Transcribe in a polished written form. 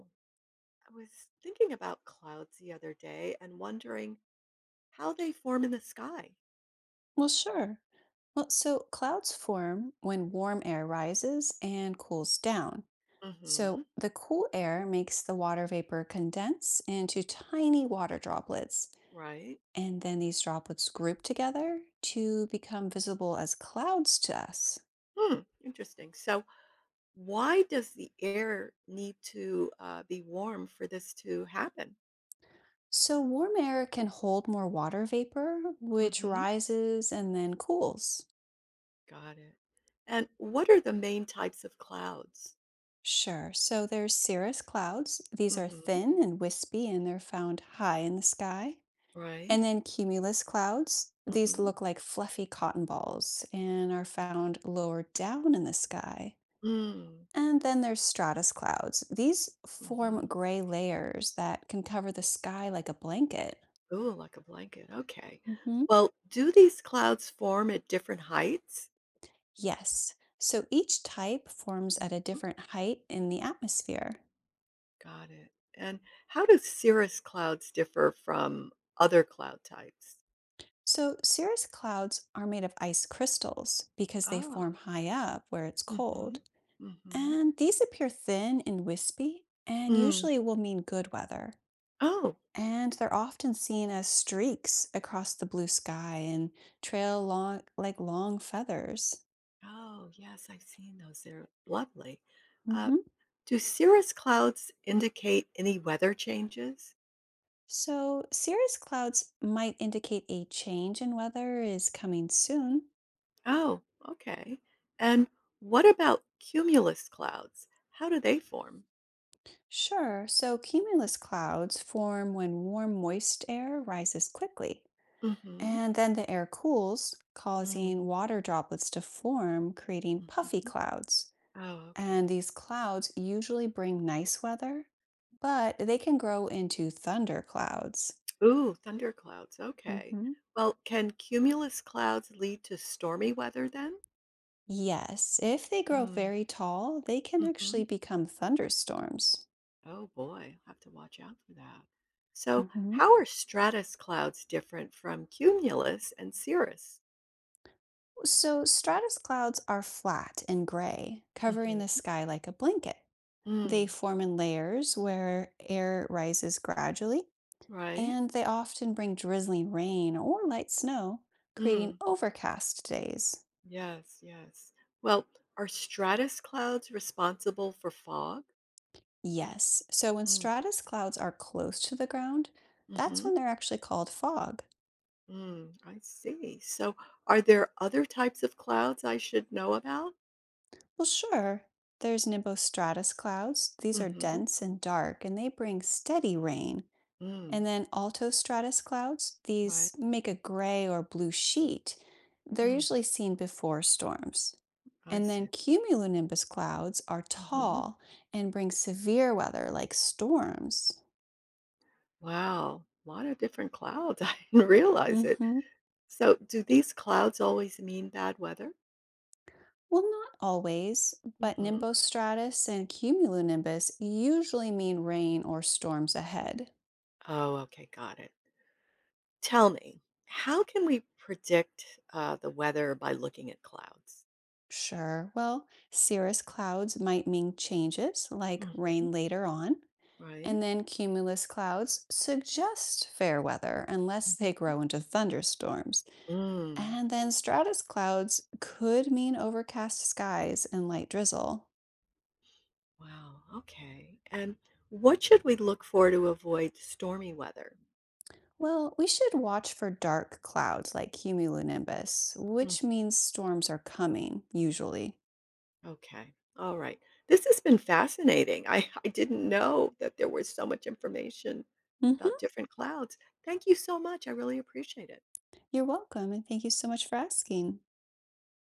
I was thinking about clouds the other day and wondering how they form in the sky. Well, sure. So clouds form when warm air rises and cools down. hmm So the cool air makes the water vapor condense into tiny water droplets. Right. And then these droplets group together to become visible as clouds to us. Hmm, interesting. So, why does the air need to be warm for this to happen? So warm air can hold more water vapor, which hmm rises and then cools. Got it. And what are the main types of clouds? Sure. So there's cirrus clouds. These are Mm-hmm. thin and wispy, and they're found high in the sky. Right? And then cumulus clouds. These Mm-hmm. look like fluffy cotton balls and are found lower down in the sky. Right And then there's stratus clouds. These hmm mm form hmm gray layers that can cover the sky like a blanket. ooh, like a blanket. Okay. Mhm. Well, do these clouds form at different heights? Yes. So each type forms at a different height in the atmosphere. Got it. And how do cirrus clouds differ from other cloud types? So cirrus clouds are made of ice crystals because they Ah, form high up where it's mm-hmm, cold. mm-hmm, And these appear thin and wispy and mm. usually will mean good weather. Oh, And they're often seen as streaks across the blue sky and trail long like long feathers. oh, yes, I've seen those. They're lovely. Uh, Mhm. do cirrus clouds indicate any weather changes? So, cirrus clouds might indicate a change in weather is coming soon. Oh, okay. And what about cumulus clouds? How do they form? Sure, so cumulus clouds form when warm, moist air rises quickly, Mm-hmm, and then the air cools, causing water droplets to form, creating puffy mm-hmm. clouds. Oh, okay. And these clouds usually bring nice weather, but they can grow into thunder clouds. Ooh, thunderclouds. Okay. hmm Well, can cumulus clouds lead to stormy weather then? Yes, if they grow Mm, very tall, they can actually mhm. become thunderstorms. Oh boy, I'll have to watch out for that. So, hmm how are stratus clouds different from cumulus and cirrus? So, stratus clouds are flat and gray, covering the Mhm. sky like a blanket. They Mm, form in layers where air rises gradually, right? and they often bring drizzling rain or light snow, creating Mm, overcast days. yes, yes. Well, are stratus clouds responsible for fog? Yes. So when Mm. stratus clouds are close to the ground, that's Mm-hmm. when they're actually called fog. Mm, I see. So, are there other types of clouds I should know about? Well, sure. There's nimbostratus clouds. These are dense and dark, and they bring steady rain. And Mm, then altostratus clouds, right. these make a gray or blue sheet. They're Mm, usually seen before storms. I And then see. cumulonimbus clouds are Mhm. tall and bring severe weather like storms. Wow, a lot of different clouds. I didn't realize it. Mhm. So, do these clouds always mean bad weather? Well, not always, but Mhm. nimbostratus and cumulonimbus usually mean rain or storms ahead. Oh, okay, got it. Tell me, how can we predict, the weather by looking at clouds? Sure, well, cirrus clouds might mean changes, like Mhm. rain later on, and Right? then cumulus clouds suggest fair weather unless they grow into thunderstorms. Mm. And then stratus clouds could mean overcast skies and light drizzle. Wow, okay. And what should we look for to avoid stormy weather? Well, we should watch for dark clouds like cumulonimbus, which means storms are coming, usually. Okay. All right. This has been fascinating. I didn't know that there was so much information about hmm different clouds. Thank you so much. I really appreciate it. You're welcome, and thank you so much for asking.